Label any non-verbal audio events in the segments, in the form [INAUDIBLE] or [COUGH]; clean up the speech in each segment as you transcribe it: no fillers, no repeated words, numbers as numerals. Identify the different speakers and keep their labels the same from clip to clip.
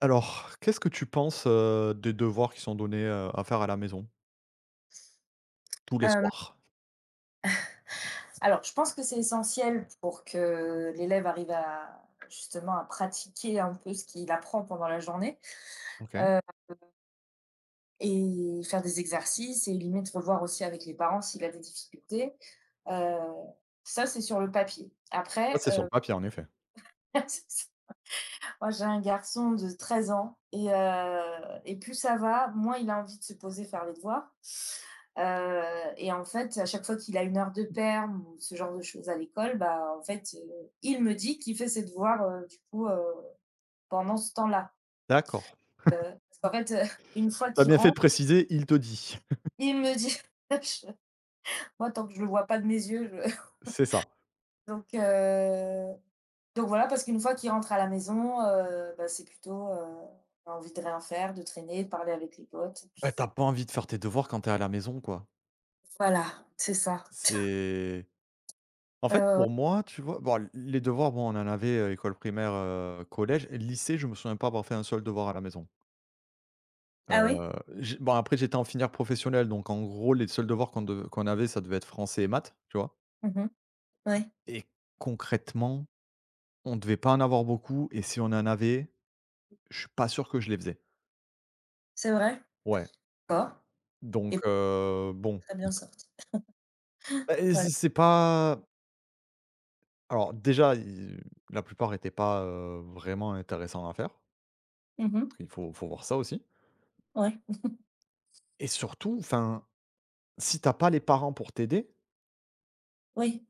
Speaker 1: Alors, qu'est-ce que tu penses, des devoirs qui sont donnés, à faire à la maison tous les
Speaker 2: Hem,
Speaker 1: soirs?
Speaker 2: alors je pense que c'est essentiel pour que l'élève arrive à justement à pratiquer un peu ce qu'il apprend pendant la journée,
Speaker 1: OK.
Speaker 2: heu et faire des exercices et limite revoir aussi avec les parents s'il a des difficultés. Heu, Ça, c'est sur le papier.
Speaker 1: Ça,
Speaker 2: Après,
Speaker 1: c'est sur le papier, en effet.
Speaker 2: [LAUGHS] Moi, j'ai un garçon de 13 ans et plus ça va, moins il a envie de se poser faire les devoirs. Et en fait, à chaque fois qu'il a une heure de perm ou ce genre de choses à l'école, bah, en fait, il me dit qu'il fait ses devoirs, du coup, pendant ce temps-là.
Speaker 1: D'accord.
Speaker 2: Parce qu'en fait, [LAUGHS] une fois
Speaker 1: Tu
Speaker 2: qu'il
Speaker 1: bien fait de
Speaker 2: rentre,
Speaker 1: préciser, il te dit. [LAUGHS]
Speaker 2: il me dit [LAUGHS] je- moi tant que je le vois pas de mes yeux, je
Speaker 1: C'est ça.
Speaker 2: [LAUGHS] donc heu Donc voilà, parce qu'une fois qu'ils rentrent à la maison, bah, c'est plutôt, on a envie de rien faire, de traîner, de parler avec les potes et puis,
Speaker 1: Bah, t'as pas envie de faire tes devoirs quand t'es à la maison, quoi.
Speaker 2: voilà, c'est ça.
Speaker 1: C'est en
Speaker 2: Ouais,
Speaker 1: fait,
Speaker 2: ouais, ouais.
Speaker 1: pour moi, tu vois? Bon, les devoirs, bon, on en avait, école primaire, collège. Lycée, je me souviens pas avoir fait un seul devoir à la maison.
Speaker 2: Ah oui?
Speaker 1: Heu, j'ai bon, après, j'étais en filière professionnelle, donc en gros, les seuls devoirs qu'on avait, ça devait être français et maths, tu vois?
Speaker 2: Mmh mh. Ouais,
Speaker 1: Et concrètement on devait pas en avoir beaucoup et si on en avait, je suis pas sûr que je les faisais.
Speaker 2: c'est vrai.
Speaker 1: Ouais,
Speaker 2: D'accord
Speaker 1: donc
Speaker 2: et
Speaker 1: bon,
Speaker 2: très bien sorti.
Speaker 1: bah, et
Speaker 2: Ouais.
Speaker 1: c'est pas alors déjà, i la plupart étaient pas, vraiment intéressants à faire.
Speaker 2: Mmh mh.
Speaker 1: Il faut voir ça aussi
Speaker 2: Ouais.
Speaker 1: et surtout, enfin, si t'as pas les parents pour t'aider,
Speaker 2: Oui,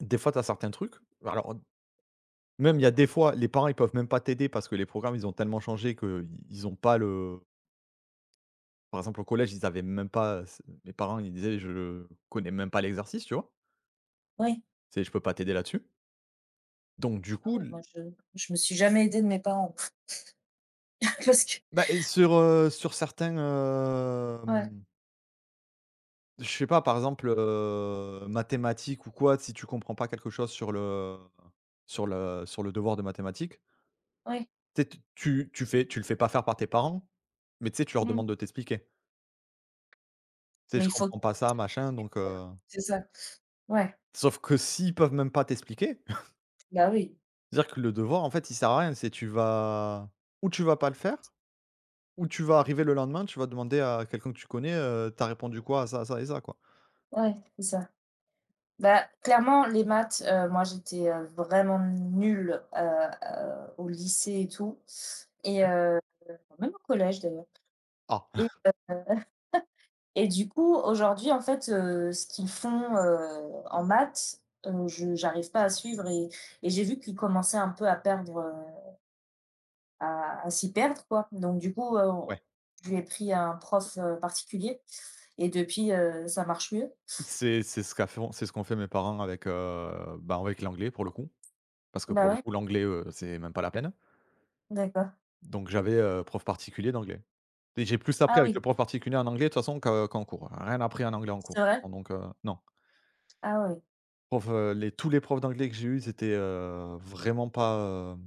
Speaker 1: des fois, t'as certains trucs alors même il y a des fois, les parents, ils peuvent même pas t'aider parce que les programmes, ils ont tellement changé qu'ils ils ont pas le par exemple, au collège, ils avaient même pas, mes parents, ils disaient: «Je connais même pas l'exercice», tu vois?
Speaker 2: oui.
Speaker 1: C'est: «Je peux pas t'aider là-dessus». Donc du
Speaker 2: Ah
Speaker 1: coup
Speaker 2: oui,
Speaker 1: l
Speaker 2: moi je me suis jamais aidée de mes parents [LAUGHS] parce que
Speaker 1: bah, et sur, sur certains,
Speaker 2: ouais,
Speaker 1: je sais pas, par exemple, mathématiques ou quoi, si tu comprends pas quelque chose sur le devoir de mathématiques,
Speaker 2: ouais.
Speaker 1: tu sais, t tu tu fais tu le fais pas faire par tes parents, mais tu sais, tu leur
Speaker 2: Mmh.
Speaker 1: demandes de t'expliquer. Tu sais:
Speaker 2: Mais
Speaker 1: «Je
Speaker 2: il faut qu'ils
Speaker 1: comprends pas ça,
Speaker 2: aident,
Speaker 1: machin, donc
Speaker 2: voilà,
Speaker 1: »
Speaker 2: c'est ça. Ouais,
Speaker 1: sauf que s'ils peuvent même pas t'expliquer, [LAUGHS]
Speaker 2: bah, oui,
Speaker 1: c'est-à-dire que le devoir, en fait, il sert à rien, c'est tu vas ou tu vas pas le faire ou tu vas arriver le lendemain, tu vas demander à quelqu'un que tu connais, «Tu répondu quoi à ça et ça, quoi?»
Speaker 2: ouais, c'est ça. Bah, clairement, les maths, moi, j'étais, vraiment nulle, au lycée et tout et
Speaker 1: OK.
Speaker 2: même au collège d'ailleurs
Speaker 1: «Ah».
Speaker 2: et heu et du coup, aujourd'hui, en fait, ce qu'ils font, en maths, je j'arrive pas à suivre et j'ai vu qu'ils commençaient un peu à perdre, à s'y perdre, quoi. Donc du coup,
Speaker 1: Ouais,
Speaker 2: on je lui ai pris un prof, particulier et depuis, ça marche mieux.
Speaker 1: c'est ce qu'a font c'est ce qu'ont fait mes parents avec, ben, avec l'anglais pour le coup, parce que
Speaker 2: Bah,
Speaker 1: pour le
Speaker 2: ouais,
Speaker 1: coup l'anglais, c'est même pas la peine.
Speaker 2: d'accord.
Speaker 1: Donc j'avais, prof particulier d'anglais et j'ai plus appris
Speaker 2: Ah
Speaker 1: avec le
Speaker 2: oui,
Speaker 1: prof particulier en anglais de toute façon que qu'en cours. Rien appris en anglais en cours
Speaker 2: c'est
Speaker 1: de toute
Speaker 2: vrai?
Speaker 1: façon. Donc, non.
Speaker 2: Ah oui.
Speaker 1: Prof, les tous les profs d'anglais que j'ai eus c'était étaient vraiment pas,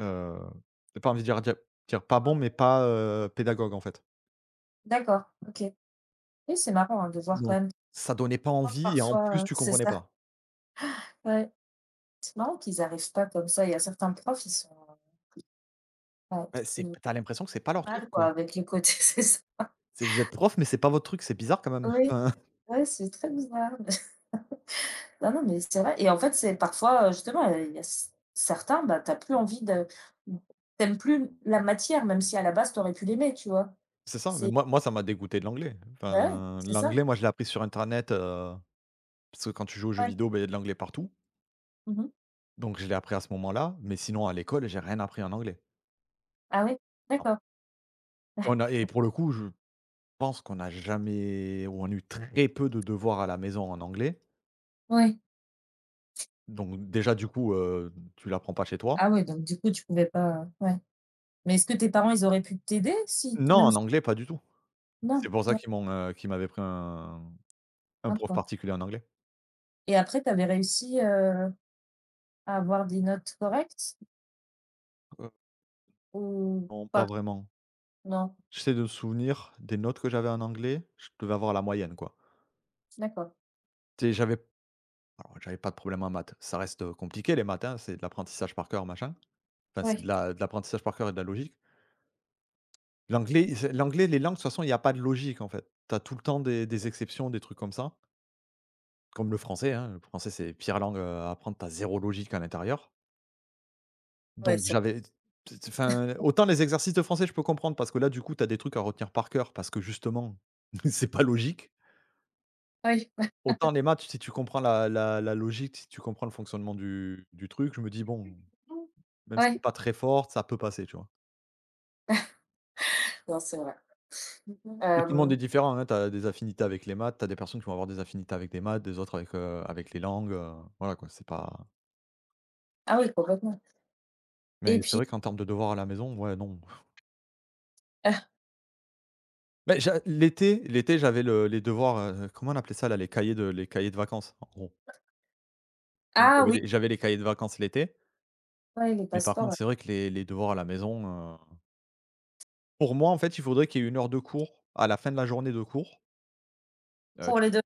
Speaker 1: heu, j'ai pas envie de dire pas bon, mais pas, pédagogues en fait.
Speaker 2: D'accord, OK. Oui, c'est marrant, hein, de voir quand
Speaker 1: Donc
Speaker 2: même des
Speaker 1: ça donnait pas
Speaker 2: profs
Speaker 1: envie et en
Speaker 2: parfois,
Speaker 1: plus tu
Speaker 2: c'est
Speaker 1: comprenais
Speaker 2: ça,
Speaker 1: pas.
Speaker 2: ouais. C'est marrant qu'ils arrivent pas comme ça. Il y a certains profs, ils sont, ouais,
Speaker 1: Bah, c'est
Speaker 2: ils ont
Speaker 1: tu l'impression que c'est pas
Speaker 2: du
Speaker 1: leur truc
Speaker 2: mal
Speaker 1: quoi.
Speaker 2: quoi avec le côté [LAUGHS] c'est ça.
Speaker 1: C'est vous êtes prof, mais c'est pas votre truc, c'est bizarre quand même.
Speaker 2: Oui, ouais, c'est très bizarre. [LAUGHS] Non, non, mais c'est vrai et en fait, c'est parfois, justement, il y a c certains, bah, tu as plus envie de tu aimes plus la matière, même si à la base, tu aurais pu l'aimer, tu vois?
Speaker 1: C'est ça, mais
Speaker 2: C'est
Speaker 1: moi ça m'a dégoûté de l'anglais.
Speaker 2: bah, ouais,
Speaker 1: Enfin,
Speaker 2: c'est ça,
Speaker 1: l'anglais, moi je l'ai appris sur internet, parce que quand tu joues aux jeux
Speaker 2: ouais.
Speaker 1: vidéo, ben, il y a de l'anglais partout,
Speaker 2: Mmh mh.
Speaker 1: donc je l'ai appris à ce moment-là, mais sinon à l'école, j'ai rien appris en anglais.
Speaker 2: Ah oui?
Speaker 1: Non.
Speaker 2: D'accord.
Speaker 1: Et on a
Speaker 2: [LAUGHS]
Speaker 1: et pour le coup, je pense qu'on a jamais ou on a eu très peu de devoirs à la maison en anglais,
Speaker 2: Ouais.
Speaker 1: donc déjà du coup, tu l'apprends pas chez toi.
Speaker 2: Ah oui, donc du coup, tu pouvais pas, ouais. Mais est-ce que tes parents, ils auraient pu t'aider si
Speaker 1: Non,
Speaker 2: même
Speaker 1: en
Speaker 2: si
Speaker 1: anglais, pas du tout.
Speaker 2: non,
Speaker 1: C'est pour ça
Speaker 2: non,
Speaker 1: qu'ils m'ont, qu'ils m'avaient pris un
Speaker 2: hein,
Speaker 1: prof
Speaker 2: quoi
Speaker 1: particulier en anglais.
Speaker 2: et après tu avais réussi, à avoir des notes correctes
Speaker 1: Heu,
Speaker 2: ou
Speaker 1: non, pas
Speaker 2: pas?
Speaker 1: vraiment.
Speaker 2: Non?
Speaker 1: J'essaie de me souvenir des notes que j'avais en anglais, je devais avoir la moyenne, quoi.
Speaker 2: D'accord.
Speaker 1: Tu sais. J'avais Alors, j'avais pas de problème en maths. Ça reste, compliqué les maths, hein, c'est de l'apprentissage par cœur, machin. Enfin, c'est
Speaker 2: Ouais.
Speaker 1: de l'apprentissage par cœur et de la logique. L'anglais c'est l'anglais, les langues, de toute façon, il y a pas de logique, en fait. Tu as tout le temps des exceptions, des trucs comme ça, comme le français, hein. Le français, c'est pire langue, à apprendre, tu zéro logique à l'intérieur.
Speaker 2: Ouais,
Speaker 1: Donc
Speaker 2: c'est
Speaker 1: j'avais enfin, autant les exercices de français, je peux comprendre parce que là, du coup, tu as des trucs à retenir par cœur parce que justement, [LAUGHS] c'est pas logique.
Speaker 2: Oui.
Speaker 1: Autant les maths, si tu comprends la logique, si tu comprends le fonctionnement du truc, je me dis: «Bon,
Speaker 2: Mmh.
Speaker 1: même si tu
Speaker 2: Ouais.
Speaker 1: pas très forte, ça peut passer, tu vois?
Speaker 2: Non, c'est vrai.
Speaker 1: Tout le monde
Speaker 2: Hem,
Speaker 1: est différent, hein, tu des affinités avec les maths. T'as des personnes qui vont avoir des affinités avec des maths, des autres avec, avec les langues, voilà quoi, c'est pas
Speaker 2: ah oui, complètement et
Speaker 1: mais c'est
Speaker 2: puis
Speaker 1: vrai qu'en termes de devoirs à la maison, ouais, non. Mais j'a l'été L'été, j'avais le les devoirs, comment on appelait ça là? Les cahiers de vacances, en gros. Donc
Speaker 2: ah oui,
Speaker 1: j'avais les cahiers de vacances l'été,
Speaker 2: ouais, les
Speaker 1: mais par
Speaker 2: passeports,
Speaker 1: contre,
Speaker 2: ouais.
Speaker 1: c'est vrai que les devoirs à la maison, heu, pour moi, en fait, il faudrait qu'il y ait une heure de cours à la fin de la journée de cours.
Speaker 2: Pour les deux.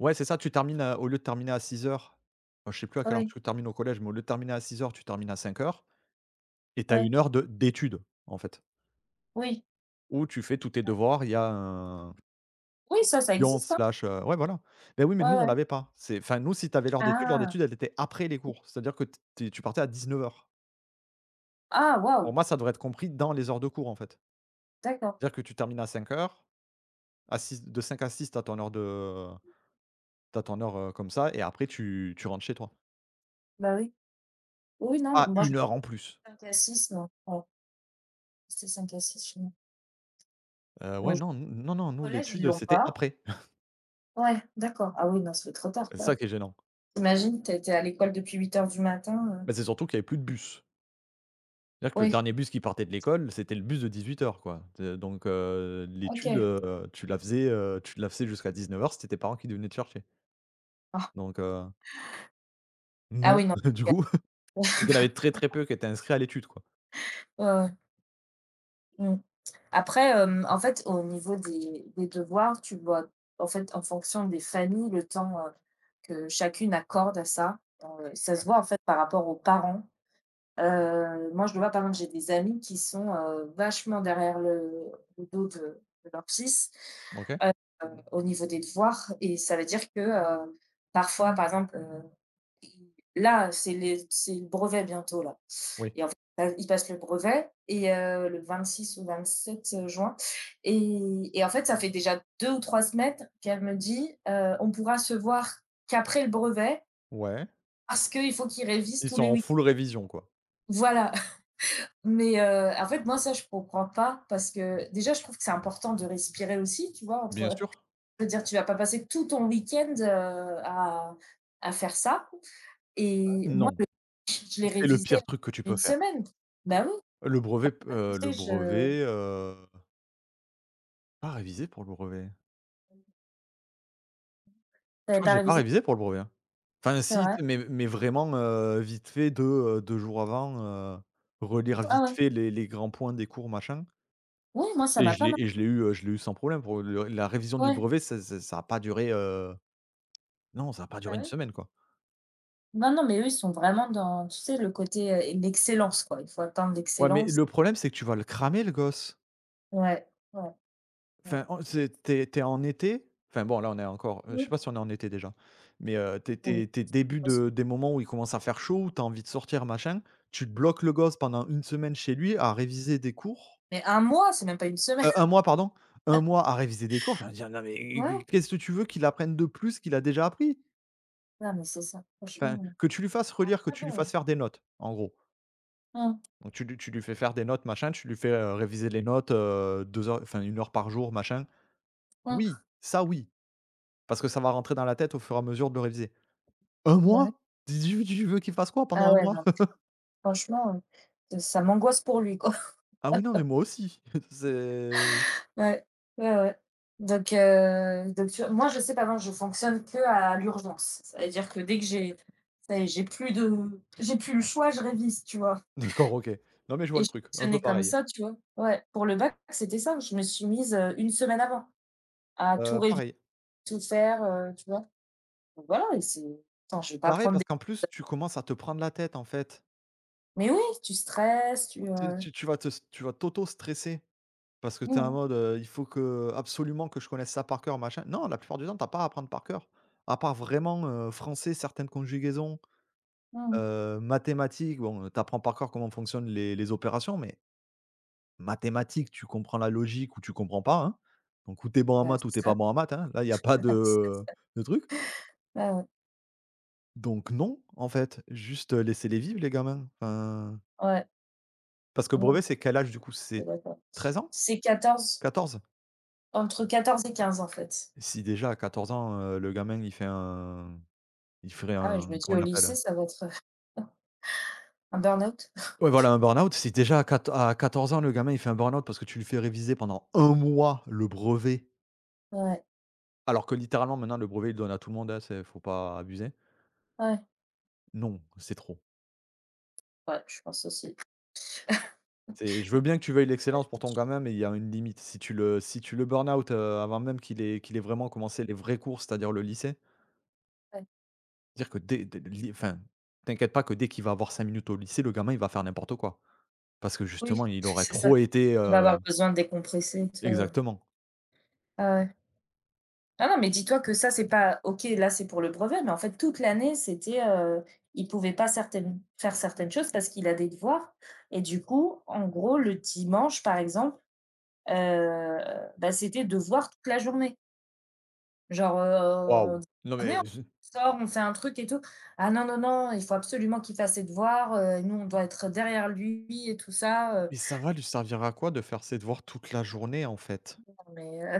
Speaker 1: Ouais, c'est ça, tu termines à au lieu de terminer à 6h, enfin, je sais plus à quelle heure
Speaker 2: Oui,
Speaker 1: tu termines au collège, mais au lieu de terminer à 6 heures, tu termines à 5 heures et tu as
Speaker 2: ouais,
Speaker 1: 1 heure de d'études, en fait,
Speaker 2: oui.
Speaker 1: où tu fais tous tes
Speaker 2: Heu,
Speaker 1: devoirs. Il y a un
Speaker 2: oui, ça existe, hein.
Speaker 1: ouais, voilà. Beh, oui, mais
Speaker 2: Ouais,
Speaker 1: nous, on
Speaker 2: ouais.
Speaker 1: l'avait pas. C'est Enfin, nous, si tu avais l'heure
Speaker 2: Ah!
Speaker 1: d'études, elle était après les cours. C'est-à-dire que t tu tu partais à 19 heures.
Speaker 2: Ah
Speaker 1: Pour
Speaker 2: waouh!
Speaker 1: moi, ça devrait être compris dans les heures de cours, en fait.
Speaker 2: D'accord.
Speaker 1: C'est-à-dire que tu termines à cinq heures, à 6, de 5 à 6, tu as ton heure de t'as ton heure, comme ça et après tu rentres chez toi.
Speaker 2: Bah oui. Oui, non,
Speaker 1: À
Speaker 2: moi, je
Speaker 1: une heure en plus.
Speaker 2: 5 à 6, non, ouais, c'était 5 à 6 chez nous.
Speaker 1: Ouais,
Speaker 2: Mais
Speaker 1: non, nous non, non, nous
Speaker 2: collège, ils
Speaker 1: l'étude,
Speaker 2: l'ont
Speaker 1: c'était
Speaker 2: pas?
Speaker 1: après.
Speaker 2: Ouais, d'accord. Ah oui, non, ça fait trop tard,
Speaker 1: C'est ça
Speaker 2: quoi.
Speaker 1: qui est gênant.
Speaker 2: Tu imagines, tu es à l'école depuis 8 h du matin,
Speaker 1: Bah, c'est surtout qu'il y avait plus de bus. C'est-à-dire que le
Speaker 2: oui,
Speaker 1: dernier bus qui partait de l'école, c'était le bus de 18 heures quoi. De donc L'étude,
Speaker 2: OK.
Speaker 1: tu la faisais jusqu'à 19 heures, c'était tes parents qui venaient te chercher.
Speaker 2: Ah,
Speaker 1: Donc heu,
Speaker 2: ah
Speaker 1: non,
Speaker 2: oui, non,
Speaker 1: [LAUGHS]
Speaker 2: [LAUGHS]
Speaker 1: du coup. Donc il y en avait
Speaker 2: [UNINTELLIGIBLE]
Speaker 1: très, très peu qui étaient inscrits à l'étude, quoi.
Speaker 2: ouais, ouais, mmh. Après, en fait, au niveau des devoirs, tu vois, en fait, en fonction des familles, le temps, que chacune accorde à ça, ça se
Speaker 1: Ouais.
Speaker 2: voit, en fait, par rapport aux parents. Moi, je le vois, par exemple, j'ai des amis qui sont, vachement derrière le dos de leur fils
Speaker 1: OK.
Speaker 2: au niveau des devoirs. Et ça veut dire que parfois, par exemple, là, c'est c'est le brevet bientôt, là.
Speaker 1: Oui.
Speaker 2: Et en fait, il passe le brevet et le 6 ou 27 juin. Et, et en fait, ça fait déjà 2 ou 3 semaines qu'elle me dit on pourra se voir qu'après le brevet
Speaker 1: Ouais.
Speaker 2: parce qu'il faut qu'il révise
Speaker 1: Ils
Speaker 2: tous
Speaker 1: sont
Speaker 2: les
Speaker 1: en
Speaker 2: week-ends.
Speaker 1: full révision, quoi.
Speaker 2: Voilà. [LAUGHS] Mais en fait, moi, ça, je comprends pas parce que déjà, je trouve que c'est important de respirer aussi, tu vois,
Speaker 1: Bien
Speaker 2: entre.
Speaker 1: sûr.
Speaker 2: Je veux dire, tu vas pas passer tout ton week-end à, faire ça. Et moi,
Speaker 1: Non,
Speaker 2: le pitch, je l'ai
Speaker 1: c'est le
Speaker 2: révisé
Speaker 1: pire truc que tu
Speaker 2: en
Speaker 1: peux
Speaker 2: une
Speaker 1: faire.
Speaker 2: semaine. Bah oui, ouais, je
Speaker 1: Le
Speaker 2: sais, je
Speaker 1: brevet, pas révisé pour le brevet. Je
Speaker 2: j'avais
Speaker 1: crois que
Speaker 2: pas
Speaker 1: j'ai pas
Speaker 2: révisé,
Speaker 1: révisé pour le brevet, hein. Enfin
Speaker 2: c'est
Speaker 1: si,
Speaker 2: vrai.
Speaker 1: tu sais, mais vraiment, vite fait 2 2 jours avant, relire
Speaker 2: Ah
Speaker 1: vite
Speaker 2: ouais.
Speaker 1: fait les grands points des cours machin
Speaker 2: Oui, moi, ça m'a pas mal
Speaker 1: et je l'ai eu sans problème pour le la révision du
Speaker 2: ouais,
Speaker 1: brevet, ça n'a ça ça a pas duré, non ça a pas duré
Speaker 2: bah
Speaker 1: une
Speaker 2: oui.
Speaker 1: semaine quoi.
Speaker 2: Non, non, mais eux, ils sont vraiment dans, tu sais, le côté, l'excellence, quoi. Il faut atteindre
Speaker 1: Ouais, mais
Speaker 2: l'excellence.
Speaker 1: le problème c'est que tu vas le cramer le gosse.
Speaker 2: Ouais, ouais, ouais.
Speaker 1: Enfin on c'est Tu es en été, enfin bon là on est encore, je sais
Speaker 2: Mmh,
Speaker 1: pas si on est en été déjà, mais t'es es
Speaker 2: oui,
Speaker 1: tu début
Speaker 2: parce
Speaker 1: de des moments où il commence à faire chaud, où t'as envie de sortir machin, tu te bloques le gosse pendant une semaine chez lui à réviser des cours.
Speaker 2: mais un mois, c'est même pas une semaine.
Speaker 1: 1
Speaker 2: [LAUGHS]
Speaker 1: mois pardon, un mois à réviser des cours, j'ai envie de dire: «Non mais
Speaker 2: Ouais,
Speaker 1: qu'est-ce que tu veux qu'il apprenne de plus qu'il a déjà appris?»
Speaker 2: non, mais c'est ça,
Speaker 1: Enfin,
Speaker 2: franchement,
Speaker 1: que tu lui fasses relire, que
Speaker 2: très
Speaker 1: tu lui
Speaker 2: bon.
Speaker 1: fasses faire des notes, en gros.
Speaker 2: Mmh,
Speaker 1: Donc tu lui fais faire des notes machin, tu lui fais, réviser les notes, 2 heures enfin une heure par jour machin. Oui,
Speaker 2: mmh.
Speaker 1: ça oui, parce que ça va rentrer dans la tête au fur et à mesure de le réviser. Un
Speaker 2: Bah ouais.
Speaker 1: mois? Tu veux qu'il fasse quoi pendant
Speaker 2: Ah
Speaker 1: un
Speaker 2: ouais,
Speaker 1: mois?
Speaker 2: non.
Speaker 1: [LAUGHS]
Speaker 2: Franchement, ça m'angoisse pour lui, quoi. [LAUGHS]
Speaker 1: Ah oui, non mais moi aussi. [LAUGHS] C'est
Speaker 2: Ouais, ouais, ouais. Donc tu vois? Moi, je sais qu'avant, je fonctionne qu'à l'urgence. Ça veut dire que dès que j'ai ça y est, j'ai plus de j'ai plus le choix, je révise, tu vois?
Speaker 1: D'accord, OK. Non mais je vois
Speaker 2: Et
Speaker 1: le
Speaker 2: je
Speaker 1: truc, un peu
Speaker 2: fonctionnais comme
Speaker 1: pareil.
Speaker 2: ça, tu vois? Ouais, pour le bac, c'était ça. Je me suis mise, 1 semaine avant à tout réviser,
Speaker 1: Pareil.
Speaker 2: tout faire, tu vois? Donc voilà et c'est attends, je vais pas
Speaker 1: Pareil
Speaker 2: prendre des
Speaker 1: parce qu'en plus tu commences à te prendre la tête en fait.
Speaker 2: mais oui, tu stresses, tu,
Speaker 1: Tu vas t'auto-stresser parce que tu
Speaker 2: mmh
Speaker 1: es en
Speaker 2: mh,
Speaker 1: mode, «Il faut que absolument que je connaisse ça par cœur, machin». Non, la plupart du temps, t'as pas à apprendre par cœur. À part vraiment, français, certaines conjugaisons,
Speaker 2: mmh mh.
Speaker 1: mathématiques, bon, tu apprends par cœur comment fonctionnent les opérations, mais mathématiques, tu comprends la logique ou tu comprends pas, hein. Donc ou tu bon en
Speaker 2: Bah,
Speaker 1: maths ou
Speaker 2: c'est
Speaker 1: t'es pas
Speaker 2: ça.
Speaker 1: bon en maths, hein. Là, il y a pas de
Speaker 2: [LAUGHS]
Speaker 1: de truc.
Speaker 2: Ouais,
Speaker 1: Donc non, en fait, juste, laissez-les vivre les gamins. Enfin,
Speaker 2: ouais.
Speaker 1: parce que
Speaker 2: Ouais, non.
Speaker 1: brevet, c'est quel âge du coup?
Speaker 2: C'est
Speaker 1: C'est
Speaker 2: d'accord.
Speaker 1: 13 ans?
Speaker 2: C'est 14
Speaker 1: 14.
Speaker 2: entre 14 et 15 en fait.
Speaker 1: Si déjà à 14 ans, le gamin il ferait
Speaker 2: Ah ouais, je
Speaker 1: un,
Speaker 2: me dis
Speaker 1: comment on
Speaker 2: au
Speaker 1: appelle?
Speaker 2: lycée, ça va être, heu, [LAUGHS] un burn-out.
Speaker 1: Ouais,
Speaker 2: Du
Speaker 1: voilà, un
Speaker 2: coup
Speaker 1: burn-out. Si déjà à quat à 14 ans le gamin il fait un burn-out parce que tu lui fais réviser pendant un mois le brevet,
Speaker 2: ouais,
Speaker 1: alors que littéralement maintenant le brevet il le donne à tout le monde, hein, c'est faut pas abuser.
Speaker 2: ouais,
Speaker 1: Non, c'est trop.
Speaker 2: ouais, je pense aussi.
Speaker 1: C'est je veux bien que tu veuilles
Speaker 2: Ouais,
Speaker 1: l'excellence pour ton
Speaker 2: si tu
Speaker 1: gamin, mais il y a une limite. Si tu le burn-out, avant même qu'il ait vraiment commencé les vrais cours, c'est-à-dire le lycée,
Speaker 2: ouais,
Speaker 1: dire que dès dès li enfin, t'inquiète pas que dès qu'il va avoir 5 minutes au lycée, le gamin il va faire n'importe quoi. Parce que justement,
Speaker 2: oui, [LAUGHS]
Speaker 1: il aurait
Speaker 2: c'est ça.
Speaker 1: trop été.
Speaker 2: Il va avoir besoin de décompresser et tout, ouais.
Speaker 1: Exactement.
Speaker 2: Ah ouais. Ah non, mais dis-toi que ça, c'est pas OK, là, c'est pour le brevet, mais en fait, toute l'année, c'était, il pouvait pas certaines faire certaines choses parce qu'il a des devoirs et du coup, en gros, le dimanche, par exemple, heu, bah, c'était devoir toute la journée. Genre, on
Speaker 1: Waouh!
Speaker 2: dit:
Speaker 1: Non mais
Speaker 2: «Venez, on
Speaker 1: je
Speaker 2: sort, on fait un truc et tout». «Ah non, non, non, il faut absolument qu'il fasse ses devoirs, nous, on doit être derrière lui et tout ça,»
Speaker 1: mais ça va lui servir à quoi de faire ses devoirs toute la journée, en fait?
Speaker 2: Non mais,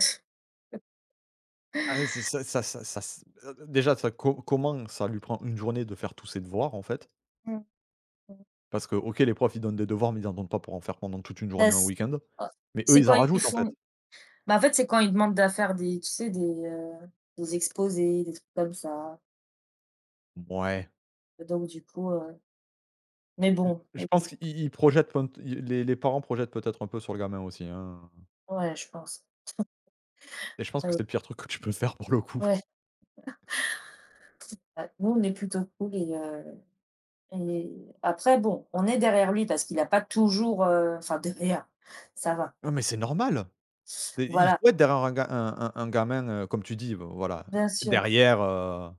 Speaker 1: Ah, c'est ça ça ça ça s Déjà ça co comment ça lui prend une journée de faire tous ses devoirs, en fait?
Speaker 2: mmh mh. [LAUGHS]
Speaker 1: Parce que OK, les profs, ils donnent des devoirs, mais ils en donnent pas pour en faire pendant toute une
Speaker 2: Bah,
Speaker 1: journée ou un
Speaker 2: c
Speaker 1: week-end.
Speaker 2: oh,
Speaker 1: Mais eux,
Speaker 2: c'est
Speaker 1: ils
Speaker 2: quand
Speaker 1: en
Speaker 2: ils
Speaker 1: rajoutent, en
Speaker 2: font
Speaker 1: fait.
Speaker 2: bah, en fait, c'est quand ils demandent à faire des tu sais, des exposés, des trucs comme ça.
Speaker 1: Mouais.
Speaker 2: Donc du coup, mais
Speaker 1: J
Speaker 2: bon,
Speaker 1: je pense
Speaker 2: écoute,
Speaker 1: qu'ils, ils projettent pent i les parents projettent peut-être un peu sur le gamin aussi, hein.
Speaker 2: ouais, je pense.
Speaker 1: Et je pense que
Speaker 2: Heu,
Speaker 1: c'est le pire truc que tu peux faire pour le coup.
Speaker 2: ouais, bah, nous, on est plutôt cool et après bon, on est derrière lui parce qu'il a pas toujours, enfin derrière, ça va.
Speaker 1: Non mais c'est normal! Et il
Speaker 2: Voilà,
Speaker 1: faut être derrière un ga un gamin, comme tu dis, bon, voilà,
Speaker 2: bien sûr.
Speaker 1: derrière,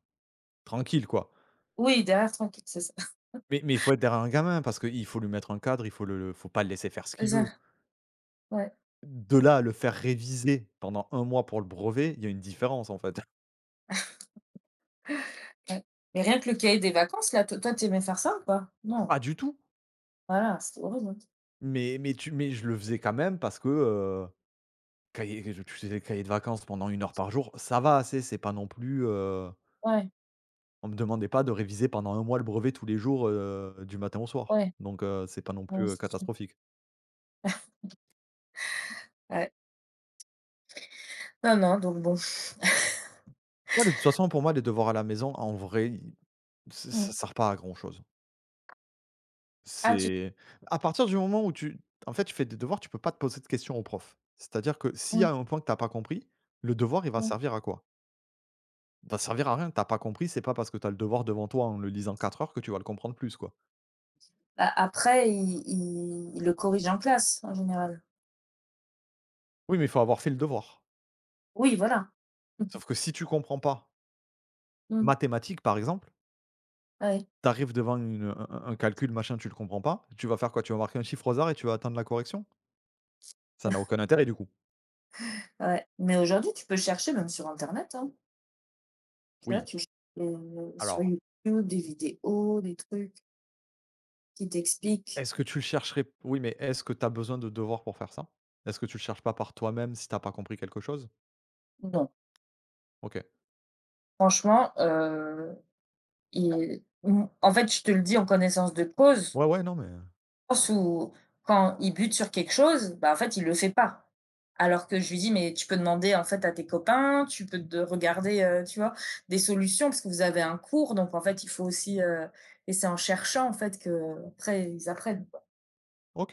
Speaker 1: tranquille, quoi.
Speaker 2: Oui, derrière tranquille, c'est ça. [LAUGHS]
Speaker 1: Mais il faut être derrière un gamin parce qu'il faut lui mettre un cadre, il faut le faut pas le laisser faire ce
Speaker 2: C'est
Speaker 1: qu'il veut.
Speaker 2: ça, ouais,
Speaker 1: De là à le faire réviser pendant un mois pour le brevet, il y a une différence, en fait. [LAUGHS]
Speaker 2: ouais. Mais rien que le cahier des vacances là, toi tu aimais faire ça ou pas? Non,
Speaker 1: Pas du tout,
Speaker 2: voilà, c'est horrible, hein.
Speaker 1: mais je le faisais quand même parce que, cahier je tu sais, les cahiers de vacances pendant 1 heure par jour, ça va, assez c'est pas non plus,
Speaker 2: Ouais,
Speaker 1: on me demandait pas de réviser pendant un mois le brevet tous les jours, du matin au soir.
Speaker 2: ouais,
Speaker 1: Donc, c'est pas non plus,
Speaker 2: ouais, c'est sûr.
Speaker 1: catastrophique.
Speaker 2: Ouais. Non, non, donc bon.
Speaker 1: Ouais, de toute façon, pour moi, les devoirs à la maison, en vrai, i ç ça
Speaker 2: Mmh.
Speaker 1: sert pas à grand-chose.
Speaker 2: Ah tu
Speaker 1: C'est À partir du moment où tu en fait, tu fais des devoirs, tu peux pas te poser de questions au prof. C'est-à-dire que s'il y
Speaker 2: mmh,
Speaker 1: a un point que t'as pas compris, le devoir, il va
Speaker 2: mmh.
Speaker 1: servir à quoi? Il va servir à rien. T'as pas compris, c'est pas parce que t'as le devoir devant toi en le lisant 4 heures que tu vas le comprendre plus, quoi.
Speaker 2: Bah, après il le corrige en classe en général.
Speaker 1: Oui, mais il faut avoir fait le devoir.
Speaker 2: Oui, voilà.
Speaker 1: Sauf que si tu comprends pas
Speaker 2: Mmh.
Speaker 1: mathématiques, par exemple,
Speaker 2: Ouais,
Speaker 1: t'arrives devant une un calcul, machin, tu le comprends pas, tu vas faire quoi? Tu vas marquer un chiffre au hasard et tu vas attendre la correction? Ça n'a aucun intérêt, du coup.
Speaker 2: ouais. Mais aujourd'hui, tu peux chercher même sur internet, hein. Tu vois?
Speaker 1: Oui,
Speaker 2: Tu j sur
Speaker 1: alors,
Speaker 2: YouTube, des vidéos, des trucs qui t'expliquent.
Speaker 1: est-ce que tu le chercherais, oui, mais est-ce que tu as besoin de devoirs pour faire ça? Est-ce que tu le cherches pas par toi-même si t'as pas compris quelque chose?
Speaker 2: Non,
Speaker 1: OK.
Speaker 2: franchement, en fait, je te le dis en connaissance de cause,
Speaker 1: Ouais, ouais, non, mais
Speaker 2: dans le sens où quand il bute sur quelque chose, bah, en fait, il le fait pas. Alors que je lui dis: «Mais tu peux demander, en fait, à tes copains, tu peux de regarder, tu vois? Des solutions parce que vous avez un cours, donc en fait, il faut aussi,» et c'est en cherchant, en fait, que après ils apprennent.
Speaker 1: OK.